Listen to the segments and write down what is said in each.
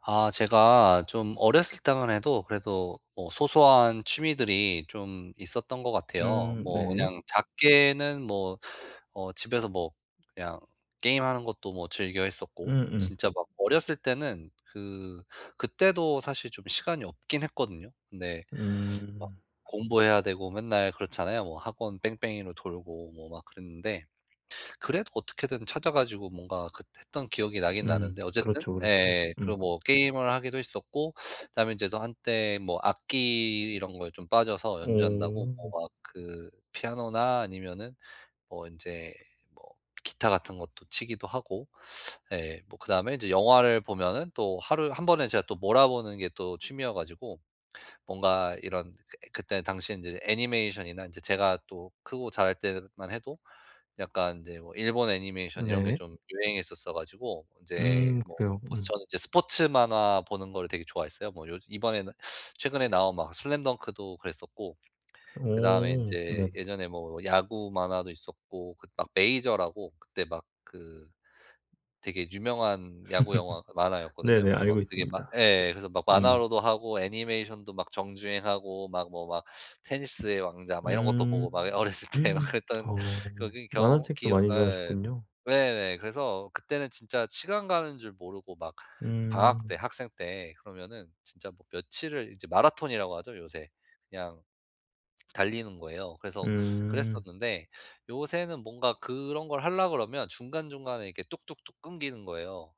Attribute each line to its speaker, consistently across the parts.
Speaker 1: 아, 제가 좀 어렸을 때만 해도 그래도 뭐 소소한 취미들이 좀 있었던 것 같아요.
Speaker 2: 음,
Speaker 1: 뭐
Speaker 2: 네.
Speaker 1: 그냥 작게는 뭐 집에서 뭐 그냥 게임하는 것도 뭐 즐겨 했었고,
Speaker 2: 음음.
Speaker 1: 진짜 막 어렸을 때는 그때도 사실 좀 시간이 없긴 했거든요. 근데
Speaker 2: 음.
Speaker 1: 막
Speaker 2: 음.
Speaker 1: 공부해야 되고 맨날 그렇잖아요. 뭐 학원 뺑뺑이로 돌고 뭐 막 그랬는데, 그래도 어떻게든 찾아 가지고 뭔가 했던 기억이 나긴 나는데. 어쨌든
Speaker 2: 그렇죠, 그렇죠.
Speaker 1: 예.
Speaker 2: 음.
Speaker 1: 그리고 뭐 게임을 하기도 했었고, 그다음에 이제 또 한때 뭐 악기 이런 거에 좀 빠져서 연주한다고
Speaker 2: 오.
Speaker 1: 뭐 막 피아노나, 아니면은 뭐 인제 뭐 기타 같은 것도 치기도 하고. 예. 뭐 그다음에 이제 영화를 보면은, 또 하루 한 번에 제가 또 몰아보는 게 또 취미여 가지고, 뭔가 이런 그때 당시에 인제 애니메이션이나, 인제 제가 또 크고 자랄 때만 해도 약간 이제 뭐 일본 애니메이션 이런 게
Speaker 2: 네.
Speaker 1: 좀 유행했었어 가지고, 이제
Speaker 2: 음,
Speaker 1: 뭐
Speaker 2: 그래요. 음.
Speaker 1: 저는 이제 스포츠 만화 보는 거를 되게 좋아했어요. 뭐 요 이번에는 최근에 나온 막 슬램덩크도 그랬었고, 그다음에 이
Speaker 2: 오.
Speaker 1: 제
Speaker 2: 네네.
Speaker 1: 예전에 뭐 야구 만화도 있었고, 막 메이저라고, 그때 막 되게 유명한 야구 영화 만화였거든요.
Speaker 2: 네네.
Speaker 1: 그래서 막
Speaker 2: 알고
Speaker 1: 그게 막
Speaker 2: 있습니다.
Speaker 1: 예 그래서 막
Speaker 2: 음.
Speaker 1: 만화로도 하고 애니메이션도 막 정주행하고 막 뭐 막 테니스의 왕자 막 이런 것도 보고 막
Speaker 2: 음.
Speaker 1: 어렸을 때 막 그랬던,
Speaker 2: 어.
Speaker 1: 그게 경
Speaker 2: 만화책도
Speaker 1: 기억.
Speaker 2: 많이
Speaker 1: 예.
Speaker 2: 좋아하셨군요.
Speaker 1: 네네. 그래서 그때는 진짜 시간 가는 줄 모르고 막 방학
Speaker 2: 음.
Speaker 1: 때 학생 때 그러면은 진짜 뭐 며칠을 이제 마라톤이라고 하죠, 요새. 그냥 달리는 거예요. 그래서
Speaker 2: 음.
Speaker 1: 그랬었는데, 요새는 뭔가 그런 걸 하려 그러면 중간중간에 이렇게 뚝뚝뚝 끊기는 거예요.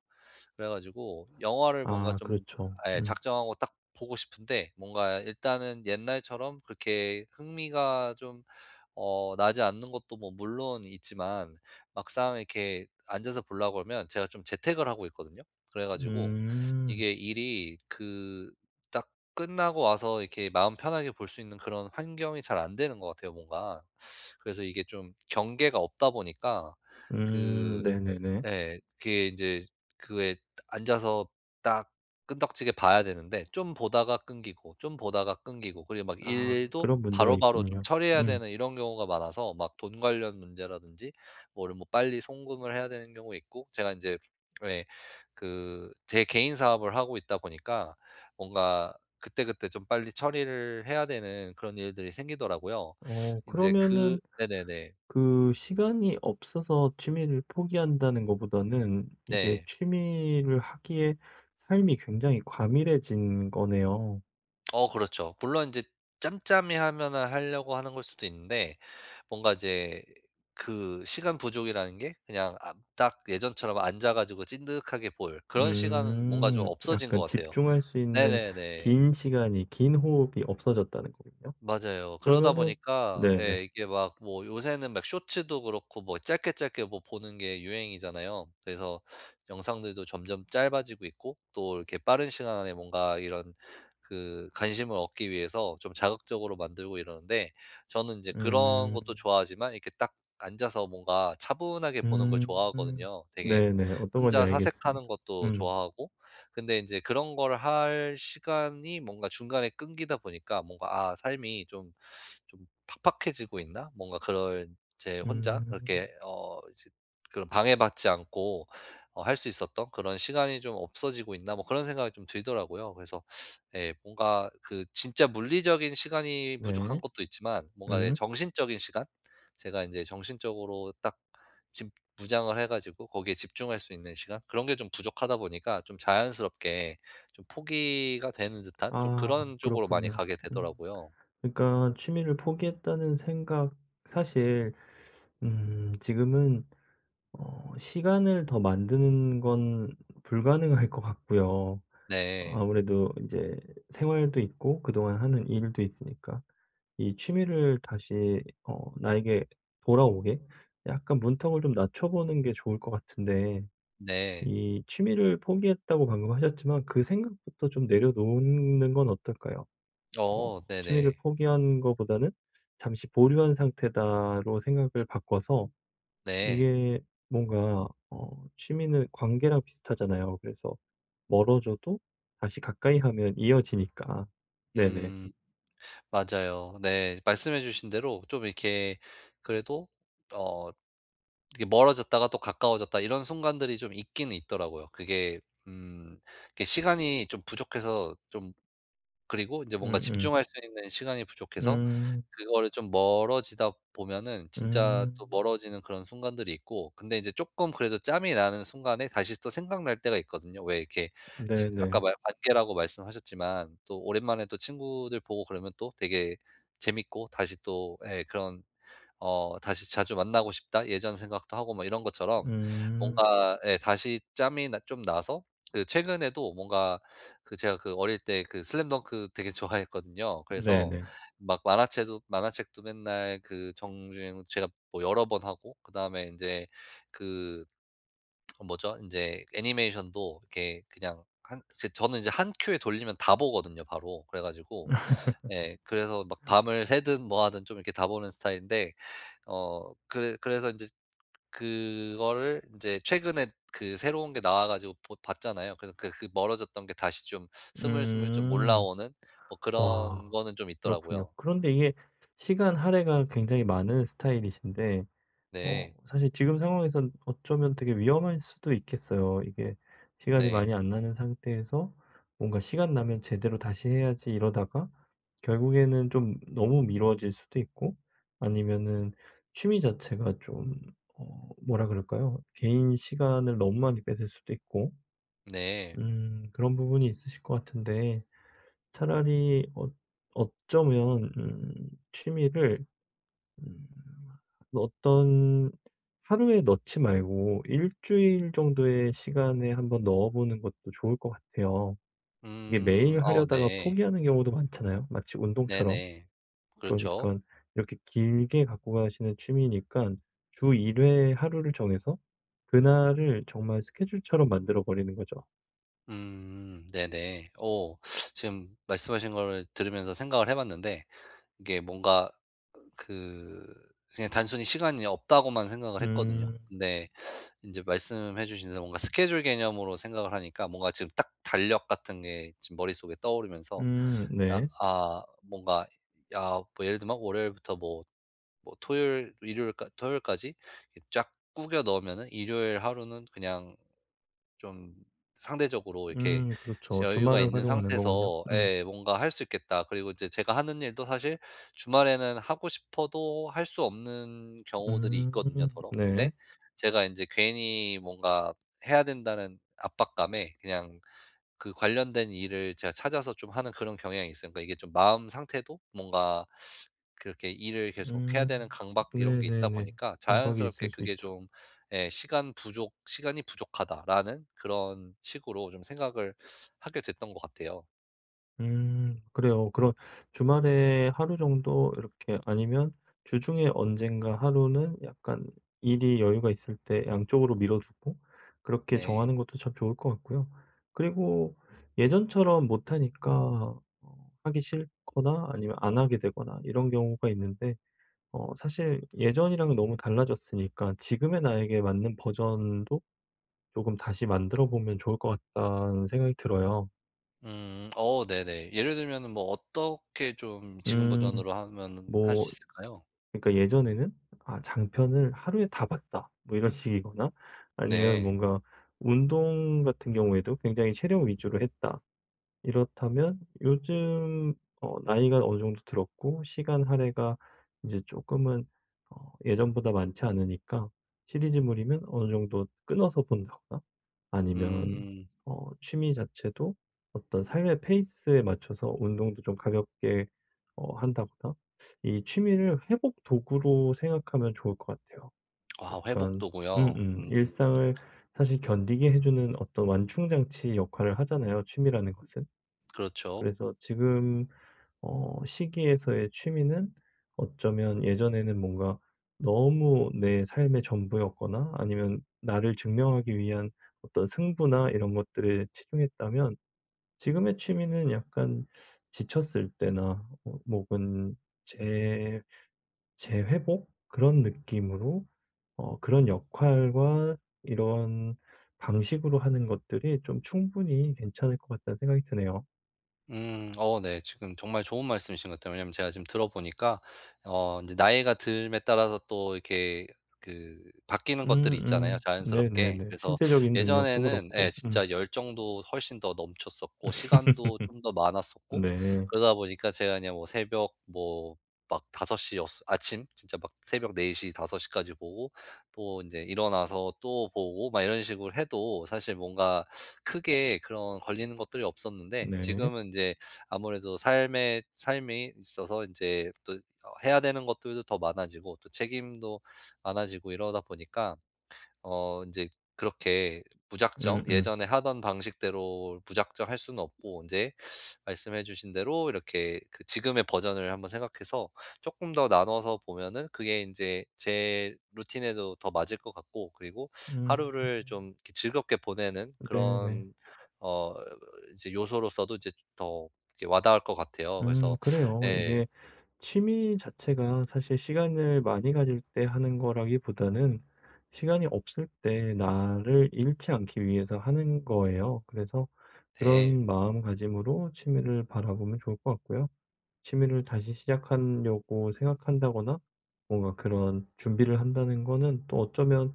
Speaker 1: 그래 가지고 영화를 뭔가
Speaker 2: 아,
Speaker 1: 좀,
Speaker 2: 그렇죠.
Speaker 1: 예,
Speaker 2: 음.
Speaker 1: 작정하고 딱 보고 싶은데, 뭔가 일단은 옛날처럼 그렇게 흥미가 좀 나지 않는 것도 뭐 물론 있지만, 막상 이렇게 앉아서 보려고 하면 제가 좀 재택을 하고 있거든요. 그래 가지고
Speaker 2: 음.
Speaker 1: 이게 일이 딱 끝나고 와서 이렇게 마음 편하게 볼 수 있는 그런 환경이 잘 안 되는 것 같아요, 뭔가. 그래서 이게 좀 경계가 없다 보니까
Speaker 2: 음.
Speaker 1: 그
Speaker 2: 네네네.
Speaker 1: 네. 그게 제 그에 앉아서 딱 끈덕지게 봐야 되는데, 좀 보다가 끊기고 좀 보다가 끊기고, 그리고 막
Speaker 2: 아,
Speaker 1: 일도
Speaker 2: 그런 문제가
Speaker 1: 바로바로 좀
Speaker 2: 있군요.
Speaker 1: 처리해야
Speaker 2: 음.
Speaker 1: 되는 이런 경우가 많아서, 막 돈 관련 문제라든지, 뭐를 뭐 빨리 송금을 해야 되는 경우 있고, 제가 이제그제 개인 사업을 하고 있다 보니까 뭔가 그때그때 좀 빨리 처리를 해야 되는 그런 일들이 생기더라고요.
Speaker 2: 어,
Speaker 1: 이제
Speaker 2: 그러면은
Speaker 1: 네네네.
Speaker 2: 그 시간이 없어서 취미를 포기한다는 것보다는 이게
Speaker 1: 네.
Speaker 2: 취미를 하기에 삶이 굉장히 과밀해진 거네요.
Speaker 1: 어 그렇죠. 물론 이제 짬짬이 하면은 하려고 하는 걸 수도 있는데, 뭔가 이제 시간 부족이라는 게 그냥, 아, 딱 예전처럼 앉아 가지고 찐득하게 볼 그런 시간은 뭔가 좀 없어진 것
Speaker 2: 약간
Speaker 1: 같아요.
Speaker 2: 집중할 수 있는
Speaker 1: 네네네.
Speaker 2: 긴 시간이, 긴 호흡이 없어졌다는 거군요.
Speaker 1: 맞아요. 그러다
Speaker 2: 그러면은,
Speaker 1: 보니까
Speaker 2: 네네.
Speaker 1: 예 이게 막 뭐 요새는 막 쇼츠도 그렇고, 뭐 짧게 짧게 뭐 보는 게 유행이잖아요. 그래서 영상들도 점점 짧아지고 있고, 또 이렇게 빠른 시간 안에 뭔가 이런 관심을 얻기 위해서 좀 자극적으로 만들고 이러는데, 저는 이제 그런
Speaker 2: 음,
Speaker 1: 것도 좋아하지만 이렇게 딱 앉아서 뭔가 차분하게 보는 걸
Speaker 2: 음,
Speaker 1: 좋아하거든요. 되게
Speaker 2: 네네. 어떤 건지
Speaker 1: 혼자 사색하는
Speaker 2: 알겠습니다.
Speaker 1: 것도
Speaker 2: 음,
Speaker 1: 좋아하고. 근데 이제 그런 걸 할 시간이 뭔가 중간에 끊기다 보니까 뭔가 '아, 삶이 좀 팍팍해지고 있나?' 뭔가 그런, 제 혼자
Speaker 2: 음,
Speaker 1: 그렇게 이제 그런 방해받지 않고 할 수 있었던 그런 시간이 좀 없어지고 있나, 뭐 그런 생각이 좀 들더라고요. 그래서 예, 뭔가 진짜 물리적인 시간이 부족한
Speaker 2: 네.
Speaker 1: 것도 있지만, 뭔가 예,
Speaker 2: 음,
Speaker 1: 정신적인 시간? 제가 이제 정신적으로 딱 집 무장을 해 가지고 거기에 집중할 수 있는 시간? 그런 게 좀 부족하다 보니까 좀 자연스럽게 좀 포기가 되는 듯한, 좀
Speaker 2: 아,
Speaker 1: 그런 쪽으로 많이
Speaker 2: 그렇군요.
Speaker 1: 가게
Speaker 2: 음.
Speaker 1: 되더라고요.
Speaker 2: 그러니까 취미를 포기했다는 생각, 사실 지금은 어 시간을 더 만드는 건 불가능할 것 같고요.
Speaker 1: 네.
Speaker 2: 아무래도 이제 생활도 있고 그동안 하는 일도 있으니까 이 취미를 다시 어 나에게 돌아오게 약간 문턱을 좀 낮춰 보는 게 좋을 것 같은데,
Speaker 1: 네.
Speaker 2: 이 취미를 포기했다고 방금 하셨지만 그 생각부터 좀 내려놓는 건 어떨까요? 어,
Speaker 1: 어
Speaker 2: 취미를
Speaker 1: 네네.
Speaker 2: 포기한 거보다는 '잠시 보류한 상태다.'로 생각을 바꿔서
Speaker 1: 네.
Speaker 2: 이게 뭔가 어 취미는 관계랑 비슷하잖아요. 그래서 멀어져도 다시 가까이 하면 이어지니까. 네네.
Speaker 1: 음 맞아요. 네. 말씀해 주신 대로 좀 이렇게 그래도, 어 이게 멀어졌다가 또 가까워졌다 이런 순간들이 좀 있기는 있더라고요. 그게 음 이게 시간이 좀 부족해서 좀, 그리고 이제 뭔가
Speaker 2: 음음.
Speaker 1: 집중할 수 있는 시간이 부족해서
Speaker 2: 음.
Speaker 1: 그거를 좀 멀어지다 보면은 진짜 또
Speaker 2: 음.
Speaker 1: 멀어지는 그런 순간들이 있고, 근데 이제 쪼끔 그래도 짬이 나는 순간에 다시 또 생각날 때가 있거든요. 왜 이렇게 치 아까
Speaker 2: 네네.
Speaker 1: 말 관계라고 말씀하셨지만, 또 오랜만에 또 친구들 보고 그러면 또 되게 재밌고 다시 또 예 그런 다시 자주 만나고 싶다, 예전 생각도 하고 뭐 이런 것처럼.
Speaker 2: 음.
Speaker 1: 뭔가 예 다시 짬이 나 좀 나서, 그 최근에도 뭔가 제가 어릴 때 슬램덩크 되게 좋아했거든요. 그래서
Speaker 2: 네네.
Speaker 1: 막 만화책도 맨날 정주행 제가 뭐 여러 번 하고, 그다음에 이제 그 뭐죠? 이제 애니메이션도 이렇게 그냥 한 제 저는 이제 한 큐에 돌리면 다 보거든요, 바로. 그래 가지고 예 그래서 막 밤을 새든 뭐 하든 좀 이렇게 다 보는 스타일인데, 그래서 이제 그거를 이제 최근에 새로운 게 나와 가지고 보 봤잖아요. 그래서 그 멀어졌던 게 다시 좀 스물스물 좀
Speaker 2: 음.
Speaker 1: 올라오는 뭐 그런
Speaker 2: 와,
Speaker 1: 거는 좀
Speaker 2: 그렇군요.
Speaker 1: 있더라고요.
Speaker 2: 그런데 이게 시간 할애가 굉장히 많은 스타일이신데 어
Speaker 1: 네.
Speaker 2: 사실 지금 상황에선 어쩌면 되게 위험할 수도 있겠어요. 이게 시간이
Speaker 1: 네.
Speaker 2: 많이 안 나는 상태에서 뭔가 시간 나면 제대로 다시 해야지 이러다가 결국에는 좀 너무 미뤄질 수도 있고, 아니면은 취미 자체가 좀 어 뭐라 그럴까요? 개인 시간을 너무 많이 뺏을 수도 있고
Speaker 1: 네.
Speaker 2: 그런 부분이 있으실 것 같은데 차라리 어 어쩌면 취미를 음 어떤 하루에 넣지 말고 일 주일 정도의 시간에 한번 넣어 보는 것도 좋을 것 같아요. 이게
Speaker 1: 음.
Speaker 2: 매일
Speaker 1: 아
Speaker 2: 하려다가
Speaker 1: 네.
Speaker 2: 포기하는 경우도 많잖아요, 마치 운동처럼.
Speaker 1: 네네.
Speaker 2: 그러니
Speaker 1: 그렇죠.
Speaker 2: 까 이렇게 길게 갖고 가시는 취미니까주1회 하루를 정해서 그날을 정말 스케줄처럼 만들어 버리는 거죠.
Speaker 1: 네네. 오, 지금 말씀하신 거를 들으면서 생각을 해 봤는데, 이게 뭔가 그 그냥 단순히 시간이 없다고만 생각을 했거든요.
Speaker 2: 음.
Speaker 1: 근데 인제 말씀해 주신 대로 뭔가 스케줄 개념으로 생각을 하니까 뭔가 지금 딱 달력 같은 게 지금 머릿속에 떠오르면서, 딱
Speaker 2: 네.
Speaker 1: 아, 뭔가, 야, 뭐 예를 들면 월요일부터 뭐 토요일 일요일까 토요일까지 이 쫙 꾸겨 넣으면은 일요일 하루는 그냥 좀 상대적으로 이렇게
Speaker 2: 음, 그렇죠.
Speaker 1: 여유가
Speaker 2: 주말을
Speaker 1: 있는
Speaker 2: 활용하는 거군요.
Speaker 1: 상태에서
Speaker 2: 음.
Speaker 1: 예 뭔가 할 수 있겠다. 그리고 이제 제가 하는 일도 사실 주말에는 하고 싶어도 할 수 없는 경우들이 있거든요, 더러. 근데
Speaker 2: 네.
Speaker 1: 제가 인제 괜히 뭔가 해야 된다는 압박감에 그냥 관련된 일을 제가 찾아서 좀 하는 그런 경향이 있으니까, 이게 좀 마음 상태도 뭔가 그렇게 일을 계속 해야 되는
Speaker 2: 음.
Speaker 1: 강박 이런 게 있다
Speaker 2: 네네네.
Speaker 1: 보니까
Speaker 2: 강박이
Speaker 1: 자연스럽게
Speaker 2: 있을 수
Speaker 1: 그게
Speaker 2: 있죠.
Speaker 1: 좀, 예, 시간이 부족하다.'라는 그런 식으로 좀 생각을 하게 됐던 것 같아요.
Speaker 2: 음. 그래요. 그럼 주말에 하루 정도 이렇게, 아니면 주중에 언젠가 하루는 약간 일이 여유가 있을 때 양쪽으로 밀어두고 그렇게
Speaker 1: 네.
Speaker 2: 정하는 것도 참 좋을 것 같고요. 그리고 예전처럼 못하니까 어 하기 싫거나 아니면 안 하게 되거나 이런 경우가 있는데 어 사실 예전이랑 너무 달라졌으니까 지금의 나에게 맞는 버전도 조금 다시 만들어 보면 좋을 것 같다는 생각이 들어요.
Speaker 1: 음. 어 네네. 예를 들면은 뭐 어떻게 좀 지금
Speaker 2: 음
Speaker 1: 버전으로 하면 할
Speaker 2: 뭐
Speaker 1: 수 있을까요?
Speaker 2: 그러니까 예전에는 '아 장편을 하루에 다 봤다.' 뭐 이런 식이거나 아니면
Speaker 1: 네.
Speaker 2: 뭔가 운동 같은 경우에도 굉장히 체력 위주로 했다. 이렇다면 요즘 어 나이가 어느 정도 들었고 시간 할애가 이제 조금은 어 예전보다 많지 않으니까 시리즈물이면 어느 정도 끊어서 본다거나 아니면
Speaker 1: 음.
Speaker 2: 어 취미 자체도 어떤 삶의 페이스에 맞춰서 운동도 좀 가볍게 어 한다거나 이 취미를 회복 도구로 생각하면 좋을 것 같아요.
Speaker 1: 아,
Speaker 2: 약간
Speaker 1: 회복도고요.
Speaker 2: 음음. 일상을 사실 견디게 해 주는 어떤 완충 장치 역할을 하잖아요, 취미라는 것은.
Speaker 1: 그렇죠.
Speaker 2: 그래서 지금 어 시기에서의 취미는 어쩌면 예전에는 뭔가 너무 내 삶의 전부였거나 아니면 나를 증명하기 위한 어떤 승부나 이런 것들에 치중했다면 지금의 취미는 약간 지쳤을 때나 어 혹은 재 재회복 그런 느낌으로 어 그런 역할과 이런 방식으로 하는 것들이 좀 충분히 괜찮을 것 같다는 생각이 드네요.
Speaker 1: 음. 어 네. 지금 정말 좋은 말씀이신 것 같아요. 왜냐면 제가 지금 들어보니까 이제 나이가 듦에 따라서 또 이렇게 그 바뀌는 것들이 있잖아요,
Speaker 2: 음음.
Speaker 1: 자연스럽게.
Speaker 2: 네네네.
Speaker 1: 그래서
Speaker 2: 신체적인 능력도
Speaker 1: 예전에는 예
Speaker 2: 그렇고. 음.
Speaker 1: 진짜 열정도 훨씬 더 넘쳤었고 시간도 좀 더 많았었고,
Speaker 2: 네.
Speaker 1: 그러다 보니까 제가 그냥 뭐 새벽 뭐 막 다섯 시 여섯 아침 진짜 막 새벽 4시다5시 까지 보고, 또 이제 일어나서 또 보고 막 이런 식으로 해도 사실 뭔가 크게 그런 걸리는 것들이 없었는데,
Speaker 2: 네.
Speaker 1: 지금은 이제 아무래도 삶에 삶이 있어서 이제또 해야 되는 것들도 더 많아지고 또 책임도 많아지고 이러다 보니까, 이제 그렇게 무작정
Speaker 2: 음음. 음.
Speaker 1: 예전에 하던 방식대로 무작정 할 수는 없고, 이제 말씀해 주신 대로 이렇게 지금의 버전을 한번 생각해서 조금 더 나눠서 보면은 그게 이제 제 루틴에도 더 맞을 것 같고, 그리고
Speaker 2: 음.
Speaker 1: 하루를 좀 이렇게 즐겁게 보내는
Speaker 2: 네네.
Speaker 1: 그런 어 이제 요소로서도 이제 더 이렇게 와닿을 것 같아요.
Speaker 2: 음,
Speaker 1: 그래서
Speaker 2: 그래요.
Speaker 1: 예.
Speaker 2: 이게 취미 자체가 사실 시간을 많이 가질 때 하는 거라기보다는 시간이 없을 때 나를 잃지 않기 위해서 하는 거예요. 그래서
Speaker 1: 네.
Speaker 2: 그런 마음가짐으로 취미를 바라보면 좋을 것 같고요. 취미를 다시 시작하려고 생각한다거나 뭔가 그런 준비를 한다는 거는 또 어쩌면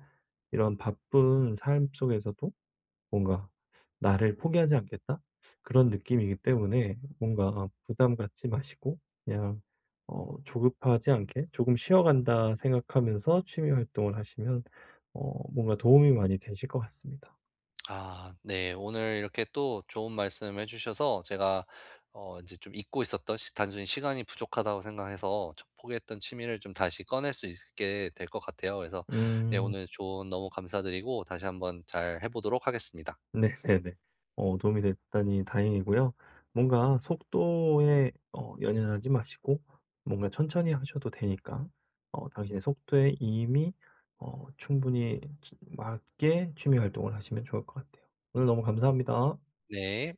Speaker 2: 이런 바쁜 삶 속에서도 뭔가 '나를 포기하지 않겠다.' 그런 느낌이기 때문에 뭔가 어, 부담 갖지 마시고 그냥 어 조급하지 않게 '조금 쉬어간다.' 생각하면서 취미 활동을 하시면 어 뭔가 도움이 많이 되실 것 같습니다.
Speaker 1: 아 네. 오늘 이렇게 또 좋은 말씀 해 주셔서, 제가 어제좀 잊고 있었던 시 단순히 시간이 부족하다고 생각해서 저 포기했던 취미를 좀 다시 꺼낼 수 있게 될 것 같아요. 그래서 예
Speaker 2: 음.
Speaker 1: 오늘 조언 너무 감사드리고 다시 한번 잘 해 보도록 하겠습니다.
Speaker 2: 네네네. 어, 도움이 됐다니 다행이고요. 뭔가 속도에 어 연연하지 마시고 뭔가 천천히 하셔도 되니까 어 당신의 속도에 이미 어 충분히 맞게 취미 활동을 하시면 좋을 것 같아요. 오늘 너무 감사합니다.
Speaker 1: 네.